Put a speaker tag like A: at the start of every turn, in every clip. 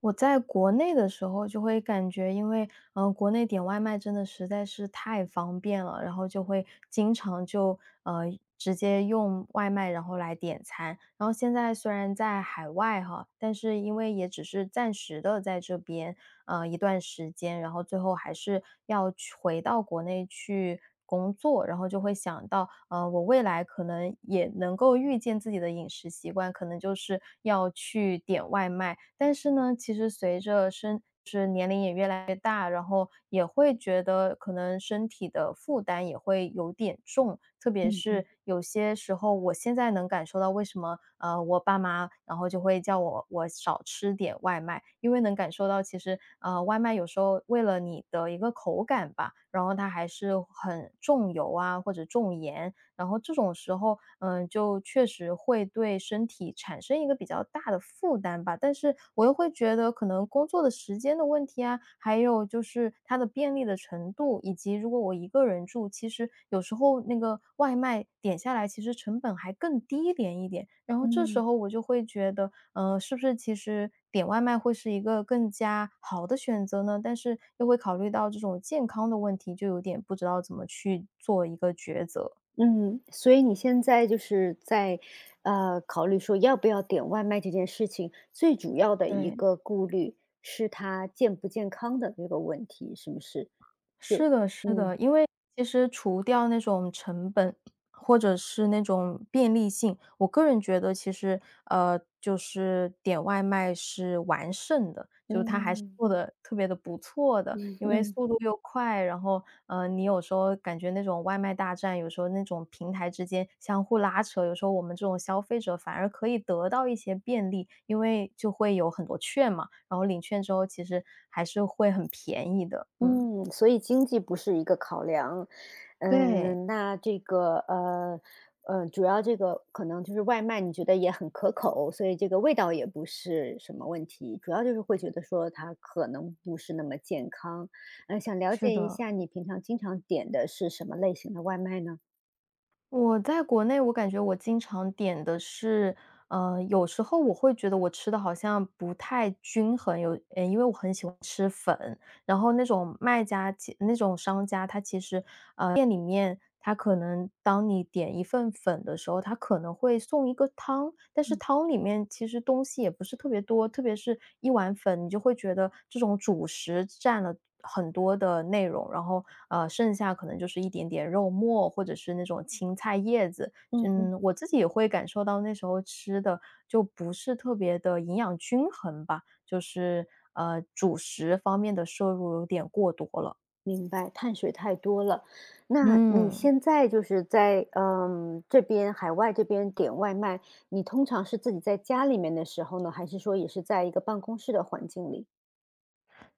A: 我在国内的时候就会感觉，因为国内点外卖真的实在是太方便了，然后就会经常呃直接用外卖然后来点餐。然后现在虽然在海外哈，但是因为也只是暂时的在这边一段时间，然后最后还是要去回到国内去工作，然后就会想到，我未来可能也能够预见自己的饮食习惯，可能就是要去点外卖。但是呢，其实随着身是年龄也越来越大，然后也会觉得可能身体的负担也会有点重，特别
B: 嗯嗯
A: 是有些时候我现在能感受到为什么，我爸妈然后就会叫我少吃点外卖，因为能感受到其实，外卖有时候为了你的一个口感吧，然后它还是很重油啊或者重盐，然后这种时候，嗯，就确实会对身体产生一个比较大的负担吧。但是我又会觉得可能工作的时间的问题啊，还有就是它的便利的程度，以及如果我一个人住，其实有时候那个外卖点下来，其实成本还更低廉一点。然后这时
B: 嗯
A: 候我就会觉得，是不是其实点外卖会是一个更加好的选择呢？但是又会考虑到这种健康的问题，就有点不知道怎么去做一个抉择。
B: 嗯，所以你现在就是在，考虑说要不要点外卖这件事情，最主要的一
A: 对，
B: 个顾虑是它健不健康的这个问题，是不是？就
A: 是的是
B: 嗯
A: 的。因为其实除掉那种成本，或者是那种便利性，我个人觉得其实，就是点外卖是完胜的，就是它还是
B: 嗯
A: 做的特别的不错的。
B: 嗯
A: 因为
B: 嗯。
A: 速度又快，然后，你有时候感觉那种外卖大战，有时候那种平台之间相互拉扯，有时候我们这种消费者反而可以得到一些便利，因为就会有很多券嘛，然后领券之后其实还是会很便宜的，嗯。
B: 嗯，所以经济不是一个考量。
A: 对，
B: 嗯，那这个，主要这个可能就是外卖你觉得也很可口，所以这个味道也不是什么问题，主要就是会觉得说它可能不是那么健康。嗯，想了
A: 是
B: 解一
A: 的。
B: 下你平常经常点的是什么类型的外卖呢？
A: 我在国内我感觉我经常点的是，有时候我会觉得我吃的好像不太均衡，因为我很喜欢吃粉，然后那种卖家其那种商家，他其实店里面，他可能当你点一份粉的时候，他可能会送一个汤，但是汤里面其实东西也不是特别多，特别是一碗粉，你就会觉得这种主食占了很多的内容，然后剩下可能就是一点点肉末或者是那种青菜叶子。
B: 嗯哼。
A: 嗯，我自己也会感受到那时候吃的就不是特别的营养均衡吧，就是主食方面的摄入有点过多了。
B: 明白，碳水太多了。那你
A: 嗯。
B: 现在就是在这边海外这边点外卖，你通常是自己在家里面的时候呢，还是说也是在一个办公室的环境里？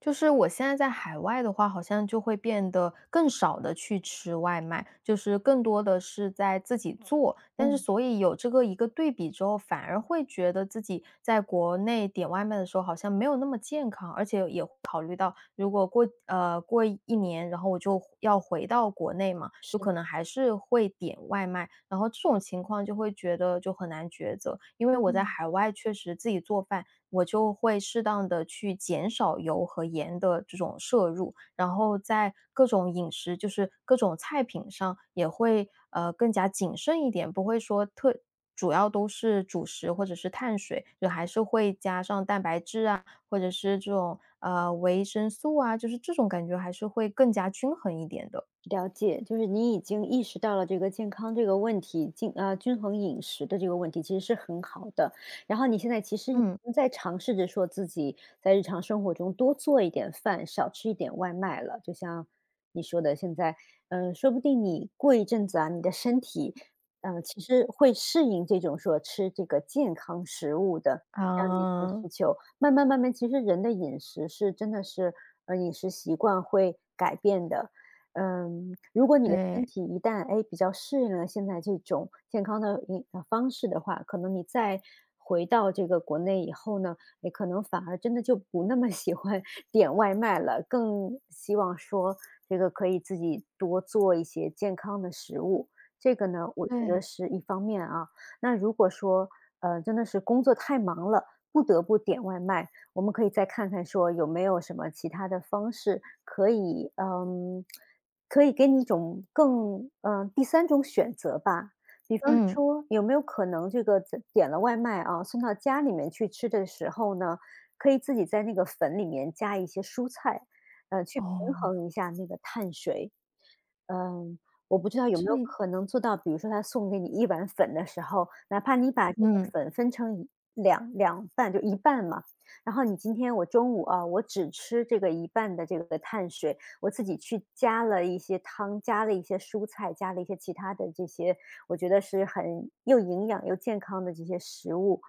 A: 就是我现在在海外的话，好像就会变得更少的去吃外卖，就是更多的是在自己做。但是
B: 嗯，
A: 所以有这个一个对比之后，反而会觉得自己在国内点外卖的时候好像没有那么健康，而且也会考虑到如果过呃，过一年，然后我就要回到国内嘛，就可
B: 是，
A: 能还是会点外卖。然后这种情况就会觉得就很难抉择，因为我在
B: 嗯。
A: 海外确实自己做饭我就会适当的去减少油和盐的这种摄入，然后在各种饮食，就是各种菜品上也会，更加谨慎一点，不会说特主要都是主食或者是碳水，就还是会加上蛋白质啊，或者是这种，维生素啊，就是这种感觉还是会更加均衡一点的。
B: 了解，就是你已经意识到了这个健康这个问题，均衡饮食的这个问题其实是很好的。然后你现在其实已
A: 嗯。
B: 经在尝试着说自己在日常生活中多做一点饭，少吃一点外卖了。就像你说的，现在，说不定你过一阵子啊，你的身体，其实会适应这种说吃这个健康食物的这样的一种
A: 啊，
B: 需求。慢慢慢慢，其实人的饮食是真的是，饮食习惯会改变的。嗯，如果你的
A: 对。
B: 身体一旦，哎，比较适应了现在这种健康的饮的方式的话，可能你再回到这个国内以后呢，你可能反而真的就不那么喜欢 点外卖了，更希望说这个可以自己多做一些健康的食物。这个呢，我觉得
A: 对，
B: 是一方面啊。那如果说，真的是工作太忙了，不得不点外卖，我们可以再看看说有没有什么其他的方式可以，可以给你一种更第三种选择吧。比方
A: 嗯。
B: 说有没有可能这个自点了外卖啊，送到家里面去吃的时候呢，可以自己在那个粉里面加一些蔬菜，去平
A: 哦，
B: 衡一下那个碳水。嗯，我不知道有没
A: 这
B: 有可能做到，比如说他送给你一碗粉的时候，哪怕你把这个
A: 嗯，
B: 粉分成两半，就一半嘛。然后你今天我中午啊，我只吃这个一半的这个碳水，我自己去加了一些汤，加了一些蔬菜，加了一些其他的这些，我觉得是很又营养又健康的这些食物。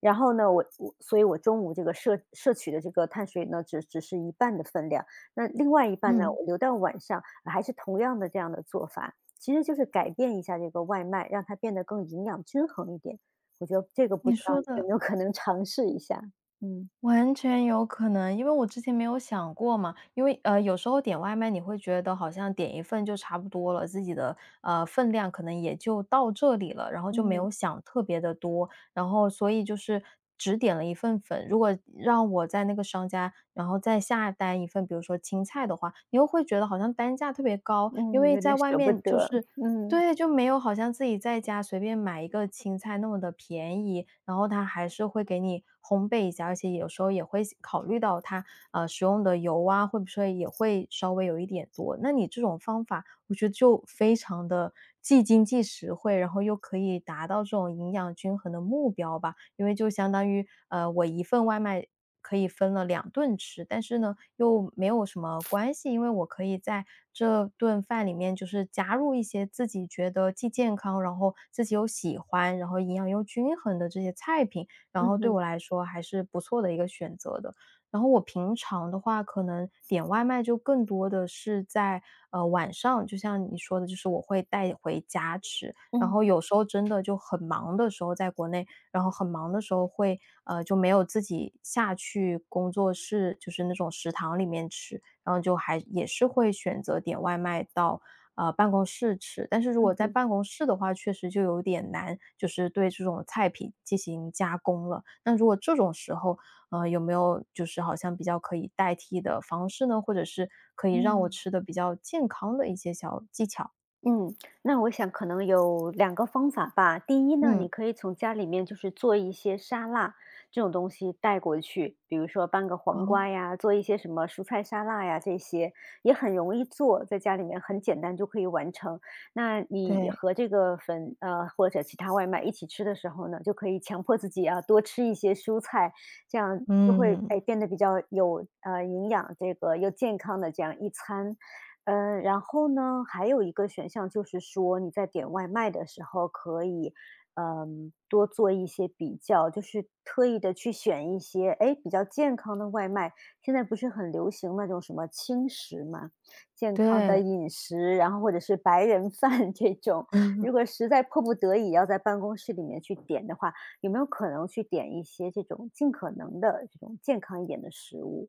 B: 然后呢，所以我中午这个摄取的这个碳水呢，只是一半的分量。那另外一半呢，
A: 嗯。
B: 我留到晚上，还是同样的这样的做法，其实就是改变一下这个外卖，让它变得更营养均衡一点。我觉得这个不
A: 你
B: 知道
A: 说
B: 有
A: 的
B: 没有可能尝试一下？嗯。
A: 完全有可能，因为我之前没有想过嘛，因为有时候点外卖你会觉得好像点一份就差不多了，自己的分量可能也就到这里了，然后就没
B: 嗯。
A: 有想特别的多，然后所以就是只点了一份粉。如果让我在那个商家，然后再下单一份，比如说青菜的话，你又会觉得好像单价特别高，因
B: 嗯，
A: 为
B: 有
A: 在
B: 点
A: 外
B: 舍不
A: 面就
B: 得，
A: 是
B: 嗯，
A: 对，就没有好像自己在家随便买一个青菜那么的便宜，然后它还是会给你烘焙一下，而且有时候也会考虑到它，使用的油啊，会不会也会稍微有一点多。那你这种方法我觉得就非常的既经济实惠，然后又可以达到这种营养均衡的目标吧。因为就相当于，我一份外卖可以分了两顿吃，但是呢，又没有什么关系，因为我可以在这顿饭里面就是加入一些自己觉得既健康，然后自己又喜欢，然后营养又均衡的这些菜品，然后
B: 嗯
A: 对我
B: 哼，
A: 来说还是不错的一个选择的。然后我平常的话，可能点外卖就更多的是在，晚上，就像你说的，就是我会带回家吃。然后
B: 嗯，
A: 有时候真的就很忙的时候，在国内，然后很忙的时候会，就没有自己下去工作室，就是那种食堂里面吃，然后就还也是会选择点外卖到，办公室吃。但是如果
B: 嗯
A: 在
B: 哼，
A: 办公室的话，确实就有点难，就是对这种菜品进行加工了。那如果这种时候，有没有就是好像比较可以代替的方式呢？或者是可以让我
B: 嗯。
A: 吃的比较健康的一些小技巧？
B: 嗯，那我想可能有两个方法吧。第一呢，
A: 嗯，
B: 你可以从家里面就是做一些沙拉这种东西带过去，比如说搬个黄瓜
A: 哦，
B: 呀，做一些什么蔬菜沙拉呀，这些也很容易做，在家里面很简单就可以完成。那你
A: 对。
B: 和这个粉或者其他外卖一起吃的时候呢，就可以强迫自己啊多吃一些蔬菜，这样就会哎
A: 嗯，
B: 变得比较有营养，这个又健康的这样一餐。嗯，然后呢，还有一个选项就是说，你在点外卖的时候可以，多做一些比较，就是特意的去选一些，哎，比较健康的外卖。现在不是很流行那种什么轻食嘛，健康的
A: 对。
B: 饮食，然后或者是白人饭 这种。如果实在迫不得已要在办公室里面去点的话，有没有可能去点一些这种尽可能的这种健康一点的食物？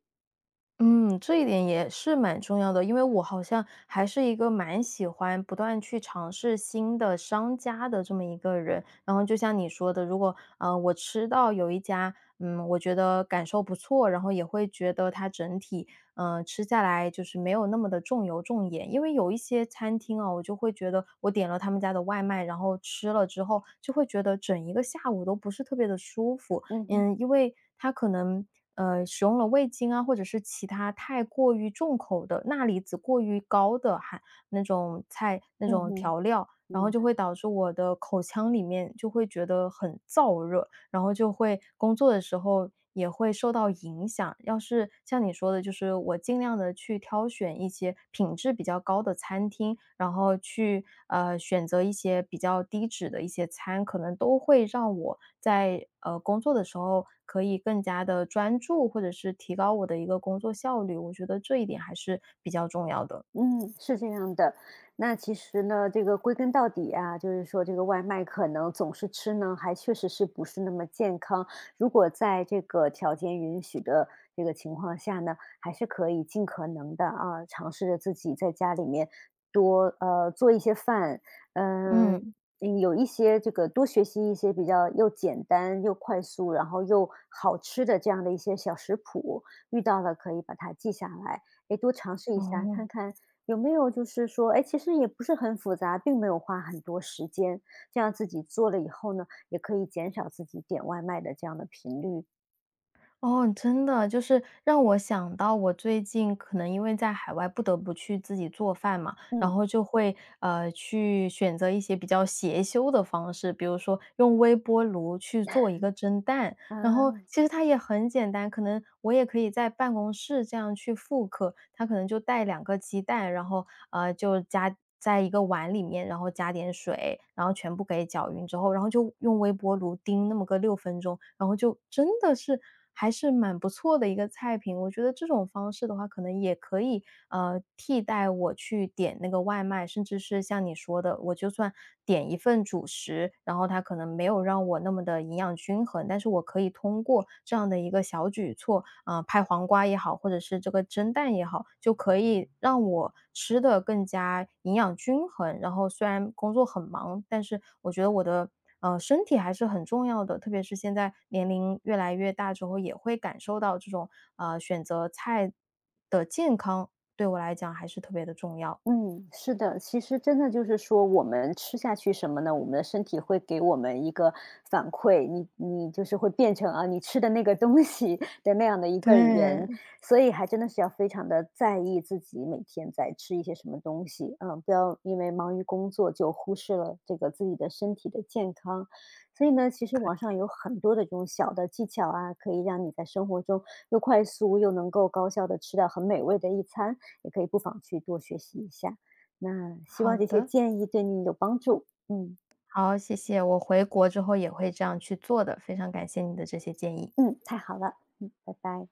A: 嗯，这一点也是蛮重要的，因为我好像还是一个蛮喜欢不断去尝试新的商家的这么一个人。然后就像你说的，如果我吃到有一家，嗯，我觉得感受不错，然后也会觉得它整体，嗯、吃下来就是没有那么的重油重盐。因为有一些餐厅啊，我就会觉得我点了他们家的外卖，然后吃了之后，就会觉得整一个下午都不是特别的舒服。
B: 嗯哼，
A: 嗯，因为它可能，使用了味精啊，或者是其他太过于重口的、钠离子过于高的含那种菜那
B: 嗯
A: 种
B: 哼。
A: 调料，然后
B: 嗯。
A: 就会导致我的口腔里面就会觉得很燥热。然后就会工作的时候也会受到影响。要是像你说的，就是我尽量的去挑选一些品质比较高的餐厅，然后去，选择一些比较低脂的一些餐，可能都会让我在，工作的时候可以更加的专注，或者是提高我的一个工作效率，我觉得这一点还是比较重要的。
B: 嗯，是这样的。那其实呢，这个归根到底啊，就是说这个外卖可能总是吃呢，还确实是不是那么健康。如果在这个条件允许的这个情况下呢，还是可以尽可能的啊，尝试着自己在家里面多做一些饭，嗯、
A: 嗯，
B: 有一些这个多学习一些比较又简单又快速，然后又好吃的这样的一些小食谱，遇到了可以把它记下来，诶，多尝试一下
A: 哦。
B: 看看。有没有就是说，哎，其实也不是很复杂，并没有花很多时间，这样自己做了以后呢，也可以减少自己点外卖的这样的频率。
A: 哦，真的，就是让我想到我最近可能因为在海外不得不去自己做饭嘛，然
B: 嗯，
A: 后就会，去选择一些比较邪修的方式，比如说用微波炉去做一个蒸蛋，然后
B: 啊。
A: 其实它也很简单，可能我也可以在办公室这样去复刻，它可能就带两个鸡蛋，然后，就加在一个碗里面，然后加点水，然后全部给搅匀之后，然后就用微波炉叮那么个6分钟，然后就真的是还是蛮不错的一个菜品。我觉得这种方式的话，可能也可以，替代我去点那个外卖，甚至是像你说的，我就算点一份主食，然后它可能没有让我那么的营养均衡，但是我可以通过这样的一个小举措，啊、拍黄瓜也好，或者是这个蒸蛋也好，就可以让我吃的更加营养均衡。然后虽然工作很忙，但是我觉得我的身体还是很重要的，特别是现在年龄越来越大之后，也会感受到这种选择菜的健康，对我来讲还是特别的重要。
B: 嗯，是的，其实真的就是说，我们吃下去什么呢？我们的身体会给我们一个反馈，你就是会变成啊，你吃的那个东西的那样的一个人，
A: 对，
B: 所以还真的是要非常的在意自己每天在吃一些什么东西，不要因为忙于工作就忽视了这个自己的身体的健康。所以呢，其实网上有很多的这种小的技巧啊，可以让你在生活中又快速又能够高效的吃到很美味的一餐，也可以不妨去多学习一下。那希
A: 好
B: 望这些
A: 的。
B: 建议对你有帮助。嗯
A: 好，谢谢，我回国之后也会这样去做的，非常感谢你的这些建议。
B: 嗯，太好了，嗯，拜拜。